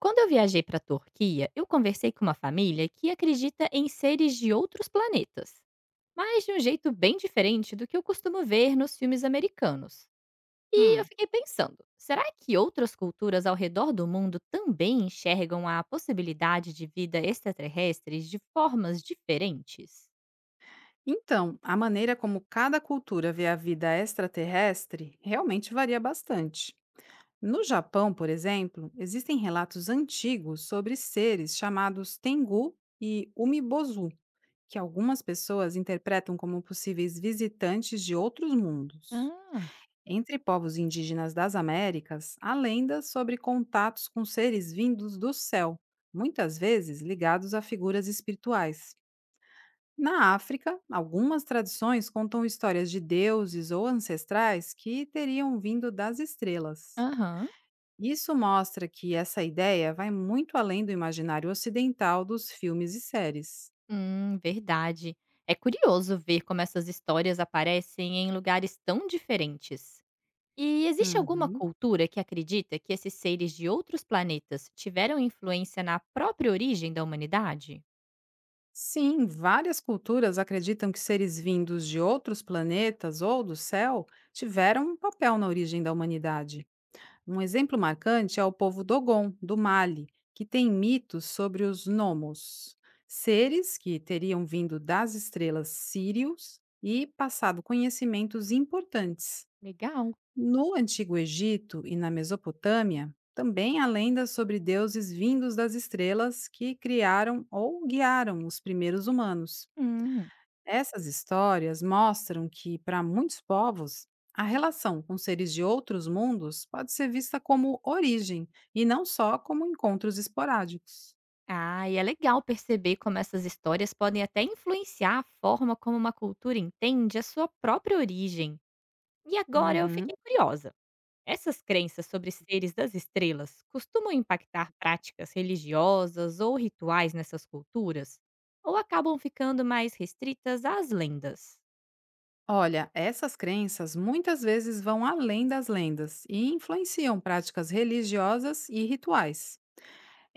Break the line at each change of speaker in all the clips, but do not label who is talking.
Quando eu viajei para a Turquia, eu conversei com uma família que acredita em seres de outros planetas, mas de um jeito bem diferente do que eu costumo ver nos filmes americanos. E eu
Hum.
fiquei pensando, será que outras culturas ao redor do mundo também enxergam a possibilidade de vida extraterrestre de formas diferentes?
Então, a maneira como cada cultura vê a vida extraterrestre realmente varia bastante. No Japão, por exemplo, existem relatos antigos sobre seres chamados Tengu e Umibozu, que algumas pessoas interpretam como possíveis visitantes de outros mundos.
Ah,
Entre povos indígenas das Américas, há lendas sobre contatos com seres vindos do céu, muitas vezes ligados a figuras espirituais. Na África, algumas tradições contam histórias de deuses ou ancestrais que teriam vindo das estrelas.
aham.
Isso mostra que essa ideia vai muito além do imaginário ocidental dos filmes e séries.
Verdade. É curioso ver como essas histórias aparecem em lugares tão diferentes. E existe alguma
Uhum.
cultura que acredita que esses seres de outros planetas tiveram influência na própria origem da humanidade?
Sim, várias culturas acreditam que seres vindos de outros planetas ou do céu tiveram um papel na origem da humanidade. Um exemplo marcante é o povo Dogon, do Mali, que tem mitos sobre os Nomos, seres que teriam vindo das estrelas Sírios e passado conhecimentos importantes.
Legal.
No Antigo Egito e na Mesopotâmia, também há lendas sobre deuses vindos das estrelas que criaram ou guiaram os primeiros humanos.
Hum.
Essas histórias mostram que, para muitos povos, a relação com seres de outros mundos pode ser vista como origem e não só como encontros esporádicos.
Ah, e é legal perceber como essas histórias podem até influenciar a forma como uma cultura entende a sua própria origem. E agora eu
Uhum.
fiquei curiosa. Essas crenças sobre seres das estrelas costumam impactar práticas religiosas ou rituais nessas culturas? Ou acabam ficando mais restritas às lendas?
Olha, essas crenças muitas vezes vão além das lendas e influenciam práticas religiosas e rituais.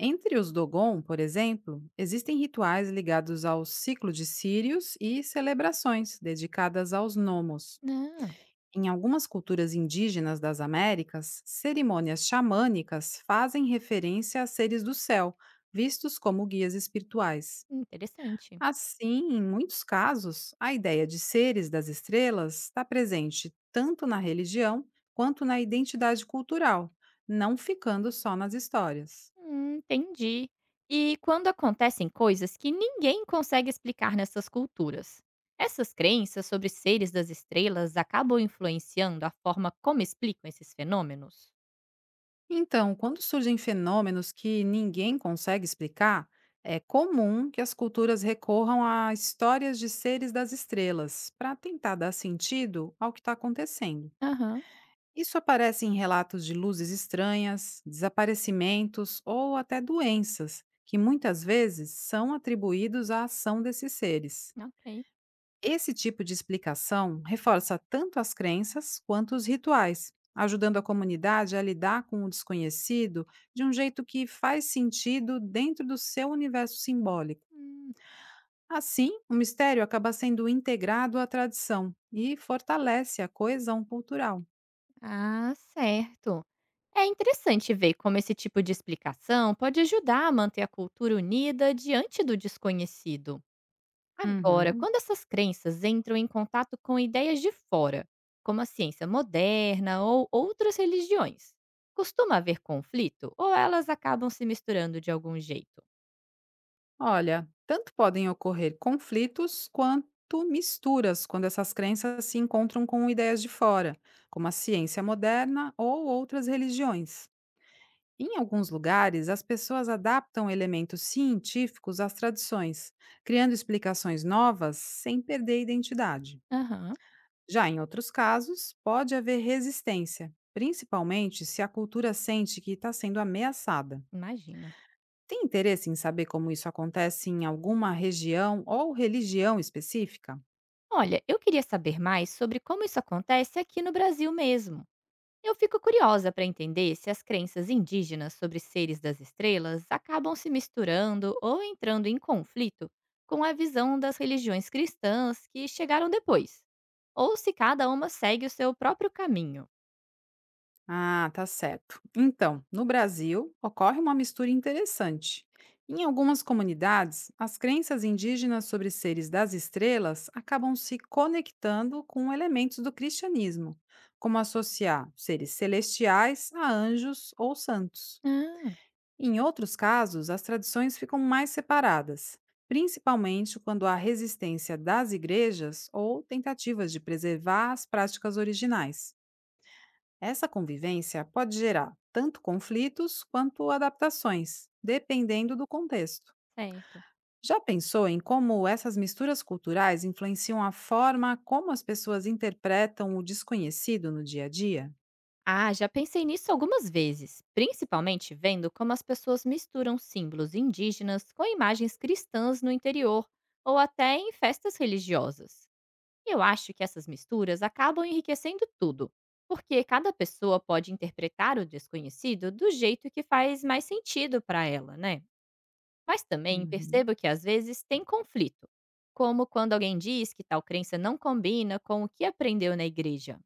Entre os Dogon, por exemplo, existem rituais ligados ao ciclo de Sírios e celebrações dedicadas aos nomos.
Não.
Em algumas culturas indígenas das Américas, cerimônias xamânicas fazem referência a seres do céu, vistos como guias espirituais.
Interessante.
Assim, em muitos casos, a ideia de seres das estrelas está presente tanto na religião quanto na identidade cultural, não ficando só nas histórias.
Entendi. E quando acontecem coisas que ninguém consegue explicar nessas culturas, essas crenças sobre seres das estrelas acabam influenciando a forma como explicam esses fenômenos?
Então, quando surgem fenômenos que ninguém consegue explicar, é comum que as culturas recorram a histórias de seres das estrelas para tentar dar sentido ao que está acontecendo.
Aham.
Isso aparece em relatos de luzes estranhas, desaparecimentos ou até doenças, que muitas vezes são atribuídos à ação desses seres.
Ok.
Esse tipo de explicação reforça tanto as crenças quanto os rituais, ajudando a comunidade a lidar com o desconhecido de um jeito que faz sentido dentro do seu universo simbólico.
Hum,
Assim, o mistério acaba sendo integrado à tradição e fortalece a coesão cultural.
Ah, certo. É interessante ver como esse tipo de explicação pode ajudar a manter a cultura unida diante do desconhecido. Agora,
Uhum.
quando essas crenças entram em contato com ideias de fora, como a ciência moderna ou outras religiões, costuma haver conflito ou elas acabam se misturando de algum jeito?
Olha, tanto podem ocorrer conflitos quanto misturas quando essas crenças se encontram com ideias de fora, como a ciência moderna ou outras religiões. Em alguns lugares, as pessoas adaptam elementos científicos às tradições, criando explicações novas sem perder a identidade.
Aham,
Já em outros casos, pode haver resistência, principalmente se a cultura sente que está sendo ameaçada.
imagino.
Tem interesse em saber como isso acontece em alguma região ou religião específica?
Olha, eu queria saber mais sobre como isso acontece aqui no Brasil mesmo. Eu fico curiosa para entender se as crenças indígenas sobre seres das estrelas acabam se misturando ou entrando em conflito com a visão das religiões cristãs que chegaram depois, ou se cada uma segue o seu próprio caminho.
Ah, tá certo. Então, no Brasil, ocorre uma mistura interessante. Em algumas comunidades, as crenças indígenas sobre seres das estrelas acabam se conectando com elementos do cristianismo, como associar seres celestiais a anjos ou santos.
Ah,
Em outros casos, as tradições ficam mais separadas, principalmente quando há resistência das igrejas ou tentativas de preservar as práticas originais. Essa convivência pode gerar tanto conflitos quanto adaptações, dependendo do contexto.
certo.
Já pensou em como essas misturas culturais influenciam a forma como as pessoas interpretam o desconhecido no dia a dia?
Ah, já pensei nisso algumas vezes, principalmente vendo como as pessoas misturam símbolos indígenas com imagens cristãs no interior ou até em festas religiosas. E eu acho que essas misturas acabam enriquecendo tudo, porque cada pessoa pode interpretar o desconhecido do jeito que faz mais sentido para ela, né? Mas também
Uhum.
percebo que às vezes tem conflito, como quando alguém diz que tal crença não combina com o que aprendeu na igreja.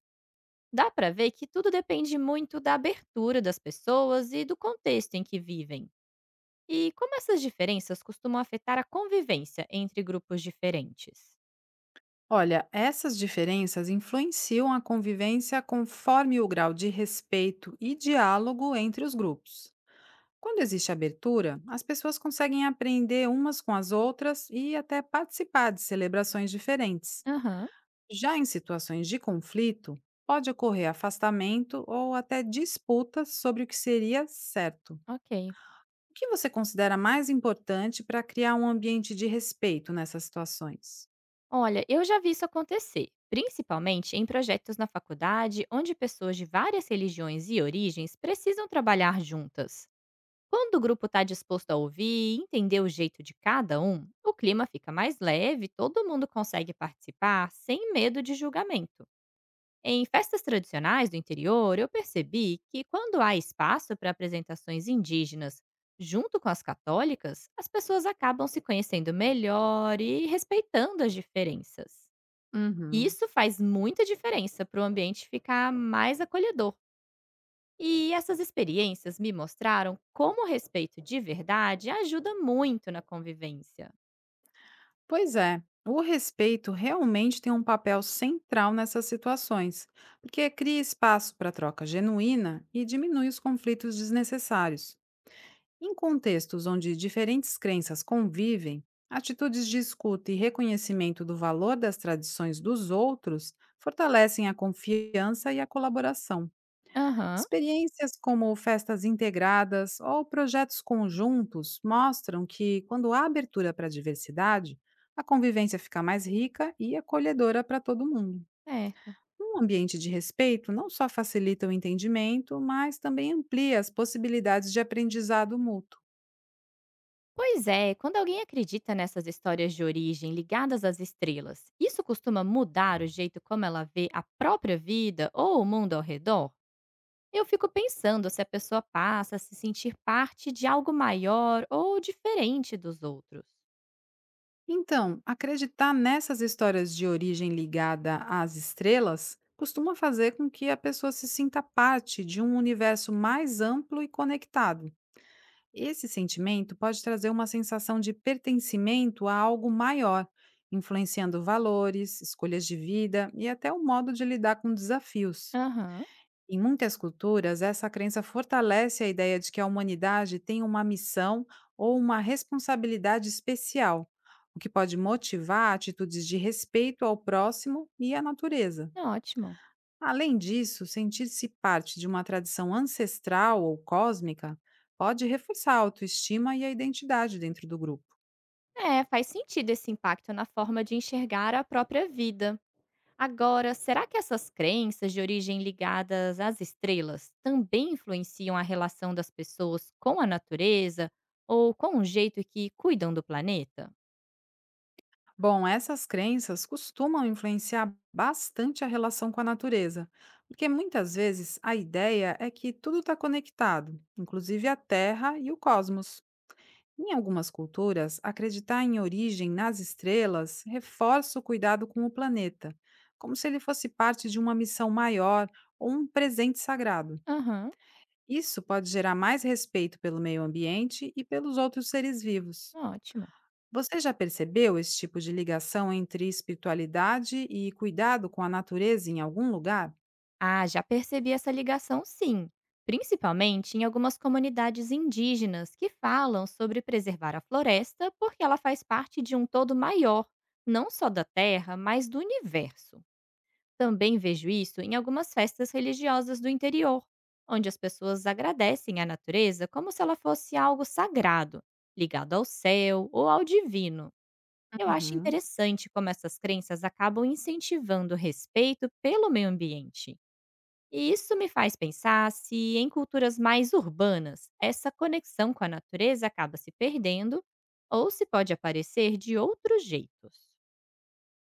Dá para ver que tudo depende muito da abertura das pessoas e do contexto em que vivem. E como essas diferenças costumam afetar a convivência entre grupos diferentes?
Olha, essas diferenças influenciam a convivência conforme o grau de respeito e diálogo entre os grupos. Quando existe abertura, as pessoas conseguem aprender umas com as outras e até participar de celebrações diferentes.
Aham,
Já em situações de conflito, pode ocorrer afastamento ou até disputas sobre o que seria certo.
ok.
O que você considera mais importante para criar um ambiente de respeito nessas situações?
Olha, eu já vi isso acontecer, principalmente em projetos na faculdade, onde pessoas de várias religiões e origens precisam trabalhar juntas. Quando o grupo está disposto a ouvir e entender o jeito de cada um, o clima fica mais leve, todo mundo consegue participar sem medo de julgamento. Em festas tradicionais do interior, eu percebi que quando há espaço para apresentações indígenas junto com as católicas, as pessoas acabam se conhecendo melhor e respeitando as diferenças. E
Uhum.
isso faz muita diferença para o ambiente ficar mais acolhedor. E essas experiências me mostraram como o respeito de verdade ajuda muito na convivência.
Pois é, o respeito realmente tem um papel central nessas situações, porque cria espaço para troca genuína e diminui os conflitos desnecessários. Em contextos onde diferentes crenças convivem, atitudes de escuta e reconhecimento do valor das tradições dos outros fortalecem a confiança e a colaboração.
Aham,
Experiências como festas integradas ou projetos conjuntos mostram que, quando há abertura para a diversidade, a convivência fica mais rica e acolhedora para todo mundo.
certo.
Um ambiente de respeito não só facilita o entendimento, mas também amplia as possibilidades de aprendizado mútuo.
Pois é, quando alguém acredita nessas histórias de origem ligadas às estrelas, isso costuma mudar o jeito como ela vê a própria vida ou o mundo ao redor? Eu fico pensando se a pessoa passa a se sentir parte de algo maior ou diferente dos outros.
Então, acreditar nessas histórias de origem ligada às estrelas costuma fazer com que a pessoa se sinta parte de um universo mais amplo e conectado. Esse sentimento pode trazer uma sensação de pertencimento a algo maior, influenciando valores, escolhas de vida e até o modo de lidar com desafios.
Aham,
Em muitas culturas, essa crença fortalece a ideia de que a humanidade tem uma missão ou uma responsabilidade especial, o que pode motivar atitudes de respeito ao próximo e à natureza.
ótimo.
Além disso, sentir-se parte de uma tradição ancestral ou cósmica pode reforçar a autoestima e a identidade dentro do grupo.
É, faz sentido esse impacto na forma de enxergar a própria vida. Agora, será que essas crenças de origem ligadas às estrelas também influenciam a relação das pessoas com a natureza ou com o jeito que cuidam do planeta?
Bom, essas crenças costumam influenciar bastante a relação com a natureza, porque muitas vezes a ideia é que tudo está conectado, inclusive a Terra e o cosmos. Em algumas culturas, acreditar em origem nas estrelas reforça o cuidado com o planeta, como se ele fosse parte de uma missão maior ou um presente sagrado.
Aham,
Isso pode gerar mais respeito pelo meio ambiente e pelos outros seres vivos.
ótimo.
Você já percebeu esse tipo de ligação entre espiritualidade e cuidado com a natureza em algum lugar?
Ah, já percebi essa ligação sim, principalmente em algumas comunidades indígenas que falam sobre preservar a floresta porque ela faz parte de um todo maior, não só da Terra, mas do universo. Também vejo isso em algumas festas religiosas do interior, onde as pessoas agradecem à natureza como se ela fosse algo sagrado, ligado ao céu ou ao divino. Eu acho
Uhum.
interessante como essas crenças acabam incentivando o respeito pelo meio ambiente. E isso me faz pensar se, em culturas mais urbanas, essa conexão com a natureza acaba se perdendo ou se pode aparecer de outros jeitos.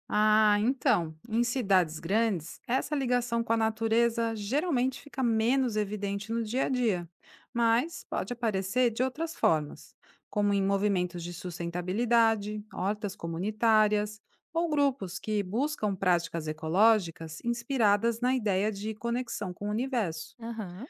Ah, então, em cidades grandes, essa ligação com a natureza geralmente fica menos evidente no dia a dia, mas pode aparecer de outras formas, como em movimentos de sustentabilidade, hortas comunitárias ou grupos que buscam práticas ecológicas inspiradas na ideia de conexão com o universo.
Aham,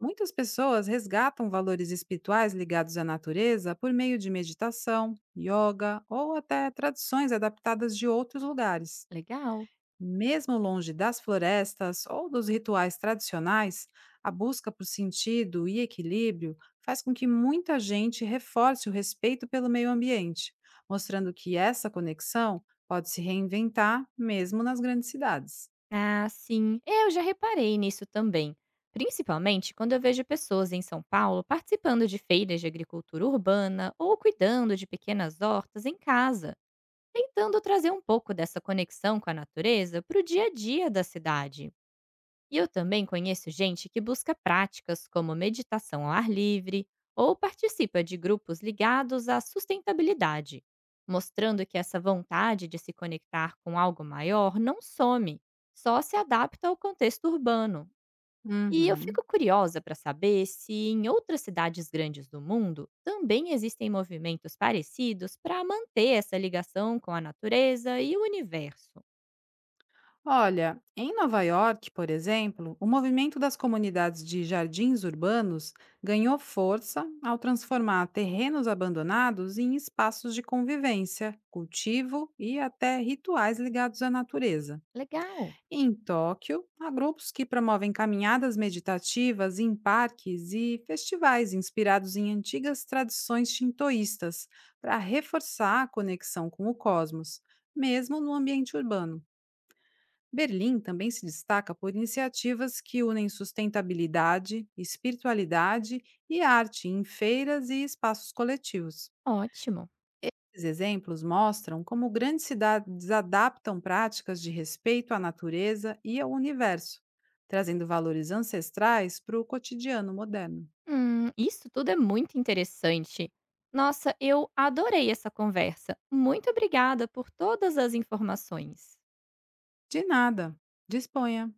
Muitas pessoas resgatam valores espirituais ligados à natureza por meio de meditação, yoga ou até tradições adaptadas de outros lugares.
legal.
Mesmo longe das florestas ou dos rituais tradicionais, a busca por sentido e equilíbrio faz com que muita gente reforce o respeito pelo meio ambiente, mostrando que essa conexão pode se reinventar mesmo nas grandes cidades.
Ah, sim. É, eu já reparei nisso também. Principalmente quando eu vejo pessoas em São Paulo participando de feiras de agricultura urbana ou cuidando de pequenas hortas em casa, tentando trazer um pouco dessa conexão com a natureza para o dia a dia da cidade. E eu também conheço gente que busca práticas como meditação ao ar livre ou participa de grupos ligados à sustentabilidade, mostrando que essa vontade de se conectar com algo maior não some, só se adapta ao contexto urbano. E eu
Uhum.
fico curiosa para saber se em outras cidades grandes do mundo também existem movimentos parecidos para manter essa ligação com a natureza e o universo.
Olha, em Nova York, por exemplo, o movimento das comunidades de jardins urbanos ganhou força ao transformar terrenos abandonados em espaços de convivência, cultivo e até rituais ligados à natureza.
Legal,
Em Tóquio, há grupos que promovem caminhadas meditativas em parques e festivais inspirados em antigas tradições shintoístas para reforçar a conexão com o cosmos, mesmo no ambiente urbano. Berlim também se destaca por iniciativas que unem sustentabilidade, espiritualidade e arte em feiras e espaços coletivos.
ótimo.
Esses exemplos mostram como grandes cidades adaptam práticas de respeito à natureza e ao universo, trazendo valores ancestrais para o cotidiano moderno.
Isso tudo é muito interessante. Nossa, eu adorei essa conversa. Muito obrigada por todas as informações.
De nada. Disponha.